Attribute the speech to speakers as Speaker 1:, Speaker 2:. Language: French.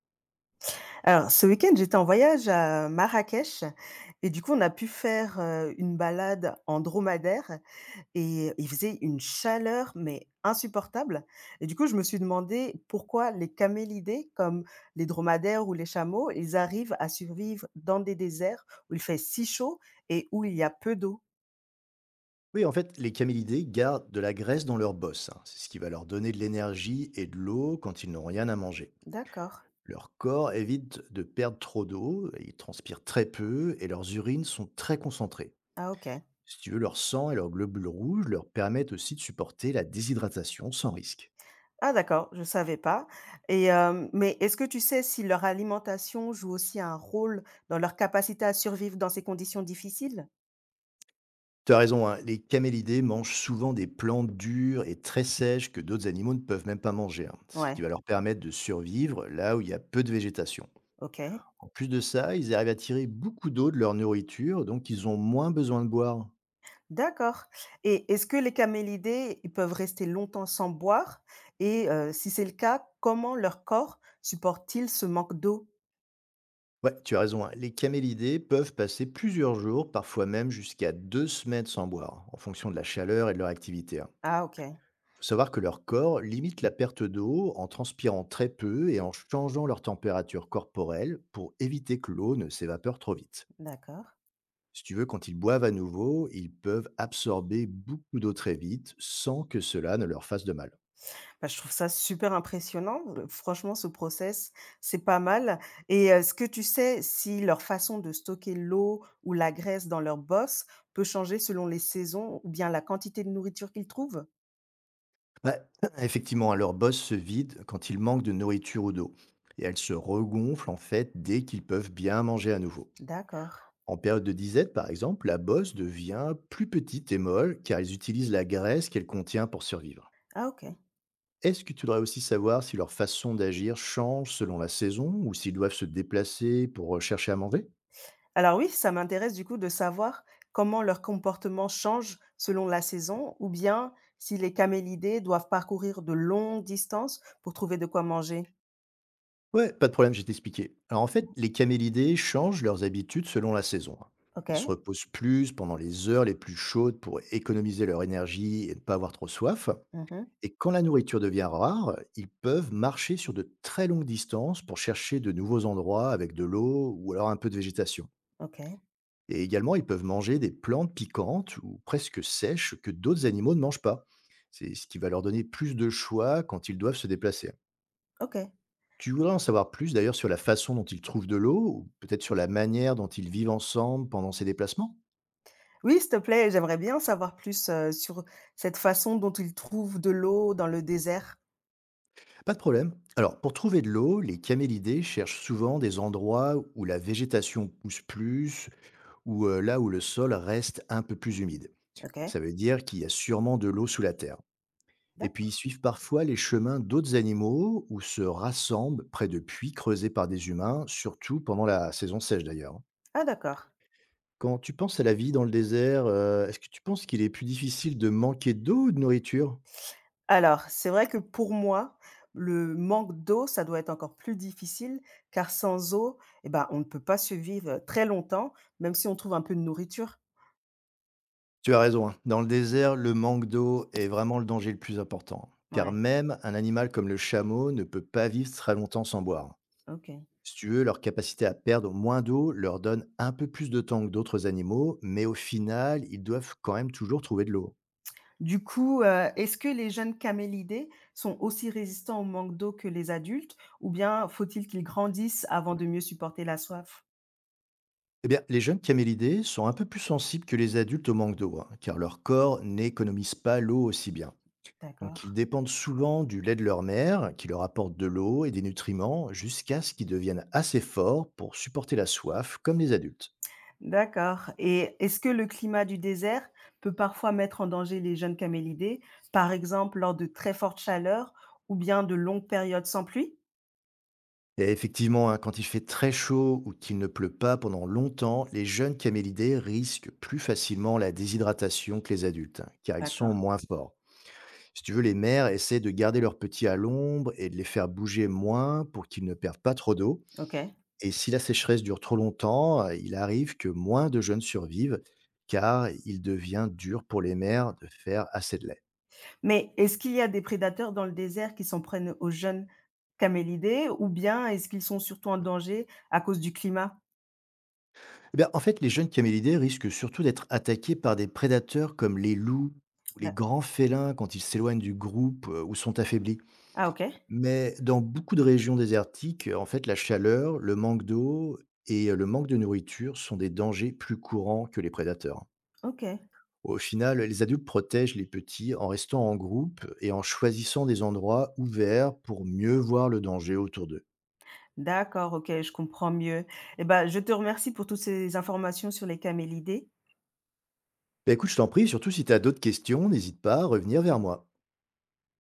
Speaker 1: Alors, ce week-end, j'étais en voyage à Marrakech et du coup, on a pu faire, une balade en dromadaire et il faisait une chaleur, mais insupportable. Et du coup, je me suis demandé pourquoi les camélidés, comme les dromadaires ou les chameaux, ils arrivent à survivre dans des déserts où il fait si chaud et où il y a peu d'eau.
Speaker 2: Oui, en fait, les camélidés gardent de la graisse dans leur bosse, hein. C'est ce qui va leur donner de l'énergie et de l'eau quand ils n'ont rien à manger.
Speaker 1: D'accord.
Speaker 2: Leur corps évite de perdre trop d'eau, ils transpirent très peu et leurs urines sont très concentrées.
Speaker 1: Ah OK.
Speaker 2: Si tu veux, leur sang et leurs globules rouges leur permettent aussi de supporter la déshydratation sans risque.
Speaker 1: Ah d'accord, je savais pas. Mais est-ce que tu sais si leur alimentation joue aussi un rôle dans leur capacité à survivre dans ces conditions difficiles?
Speaker 2: Tu as raison, hein, les camélidés mangent souvent des plantes dures et très sèches que d'autres animaux ne peuvent même pas manger, hein, ce
Speaker 1: Ouais,
Speaker 2: qui va leur permettre de survivre là où il y a peu de végétation.
Speaker 1: OK.
Speaker 2: En plus de ça, ils arrivent à tirer beaucoup d'eau de leur nourriture, donc ils ont moins besoin de boire.
Speaker 1: D'accord, et est-ce que les camélidés, ils peuvent rester longtemps sans boire, et si c'est le cas, comment leur corps supporte-t-il ce manque d'eau?
Speaker 2: Ouais, tu as raison, hein, les camélidés peuvent passer plusieurs jours, parfois même jusqu'à deux semaines sans boire, en fonction de la chaleur et de leur activité. Il
Speaker 1: Ah OK,
Speaker 2: faut savoir que leur corps limite la perte d'eau en transpirant très peu et en changeant leur température corporelle pour éviter que l'eau ne s'évapore trop vite.
Speaker 1: d'accord.
Speaker 2: Si tu veux, quand ils boivent à nouveau, ils peuvent absorber beaucoup d'eau très vite sans que cela ne leur fasse de mal.
Speaker 1: Bah, je trouve ça super impressionnant. Franchement, ce process, c'est pas mal. Et est-ce que tu sais si leur façon de stocker l'eau ou la graisse dans leurs bosses peut changer selon les saisons ou bien la quantité de nourriture qu'ils trouvent?
Speaker 2: Bah, effectivement, hein, leur bosse se vide quand il manque de nourriture ou d'eau. Et elles se regonflent en fait dès qu'ils peuvent bien manger à nouveau.
Speaker 1: D'accord.
Speaker 2: En période de disette, par exemple, la bosse devient plus petite et molle car elles utilisent la graisse qu'elle contient pour survivre.
Speaker 1: Ah OK.
Speaker 2: Est-ce que tu voudrais aussi savoir si leur façon d'agir change selon la saison ou s'ils doivent se déplacer pour chercher à manger?
Speaker 1: Alors oui, ça m'intéresse du coup de savoir comment leur comportement change selon la saison ou bien si les camélidés doivent parcourir de longues distances pour trouver de quoi manger.
Speaker 2: Ouais, pas de problème, je vais t'expliquer. Alors en fait, les camélidés changent leurs habitudes selon la saison, hein. Ils se
Speaker 1: OK.
Speaker 2: reposent plus pendant les heures les plus chaudes pour économiser leur énergie et ne pas avoir trop soif.
Speaker 1: Mmh.
Speaker 2: Et quand la nourriture devient rare, ils peuvent marcher sur de très longues distances pour chercher de nouveaux endroits avec de l'eau ou alors un peu de végétation.
Speaker 1: OK.
Speaker 2: Et également, ils peuvent manger des plantes piquantes ou presque sèches que d'autres animaux ne mangent pas. C'est ce qui va leur donner plus de choix quand ils doivent se déplacer.
Speaker 1: OK.
Speaker 2: Tu voudrais en savoir plus d'ailleurs sur la façon dont ils trouvent de l'eau ou peut-être sur la manière dont ils vivent ensemble pendant ces déplacements?
Speaker 1: Oui, s'il te plaît, j'aimerais bien en savoir plus, sur cette façon dont ils trouvent de l'eau dans le désert.
Speaker 2: Pas de problème. Alors, pour trouver de l'eau, les camélidés cherchent souvent des endroits où la végétation pousse plus ou là où le sol reste un peu plus humide.
Speaker 1: OK,
Speaker 2: Ça veut dire qu'il y a sûrement de l'eau sous la terre. Et
Speaker 1: d'ac,
Speaker 2: puis, ils suivent parfois les chemins d'autres animaux ou se rassemblent près de puits creusés par des humains, surtout pendant la saison sèche d'ailleurs, hein.
Speaker 1: ah d'accord.
Speaker 2: Quand tu penses à la vie dans le désert, est-ce que tu penses qu'il est plus difficile de manquer d'eau ou de nourriture?
Speaker 1: Alors, c'est vrai que pour moi, le manque d'eau, ça doit être encore plus difficile, car sans eau, eh ben, on ne peut pas survivre très longtemps, même si on trouve un peu de nourriture.
Speaker 2: Tu as raison, hein, dans le désert, le manque d'eau est vraiment le danger le plus important, car
Speaker 1: Ouais,
Speaker 2: même un animal comme le chameau ne peut pas vivre très longtemps sans boire.
Speaker 1: OK.
Speaker 2: Si tu veux, leur capacité à perdre moins d'eau leur donne un peu plus de temps que d'autres animaux, mais au final, ils doivent quand même toujours trouver de l'eau.
Speaker 1: Du coup, est-ce que les jeunes camélidés sont aussi résistants au manque d'eau que les adultes, ou bien faut-il qu'ils grandissent avant de mieux supporter la soif?
Speaker 2: Eh bien, les jeunes camélidés sont un peu plus sensibles que les adultes au manque d'eau, hein, car leur corps n'économise pas l'eau aussi bien. Donc ils
Speaker 1: D'accord.
Speaker 2: dépendent souvent du lait de leur mère, qui leur apporte de l'eau et des nutriments jusqu'à ce qu'ils deviennent assez forts pour supporter la soif, comme les adultes.
Speaker 1: D'accord, et est-ce que le climat du désert peut parfois mettre en danger les jeunes camélidés, par exemple lors de très fortes chaleurs ou bien de longues périodes sans pluie?
Speaker 2: Et effectivement, hein, quand il fait très chaud ou qu'il ne pleut pas pendant longtemps, les jeunes camélidés risquent plus facilement la déshydratation que les adultes, hein, car ils
Speaker 1: D'accord,
Speaker 2: sont moins forts. Si tu veux, les mères essaient de garder leurs petits à l'ombre et de les faire bouger moins pour qu'ils ne perdent pas trop d'eau.
Speaker 1: OK.
Speaker 2: Et si la sécheresse dure trop longtemps, il arrive que moins de jeunes survivent, car il devient dur pour les mères de faire assez de lait.
Speaker 1: Mais est-ce qu'il y a des prédateurs dans le désert qui s'en prennent aux jeunes camélidés, ou bien est-ce qu'ils sont surtout en danger à cause du climat?
Speaker 2: Eh bien, en fait, les jeunes camélidés risquent surtout d'être attaqués par des prédateurs comme les loups ou les
Speaker 1: D'ac,
Speaker 2: grands félins quand ils s'éloignent du groupe ou sont affaiblis.
Speaker 1: ah OK,
Speaker 2: Mais dans beaucoup de régions désertiques, en fait, la chaleur, le manque d'eau et le manque de nourriture sont des dangers plus courants que les prédateurs.
Speaker 1: OK.
Speaker 2: Au final, les adultes protègent les petits en restant en groupe et en choisissant des endroits ouverts pour mieux voir le danger autour d'eux.
Speaker 1: D'accord, OK, je comprends mieux. Et ben, je te remercie pour toutes ces informations sur les camélidés.
Speaker 2: Bah, écoute, je t'en prie, surtout si tu as d'autres questions, n'hésite pas à revenir vers moi.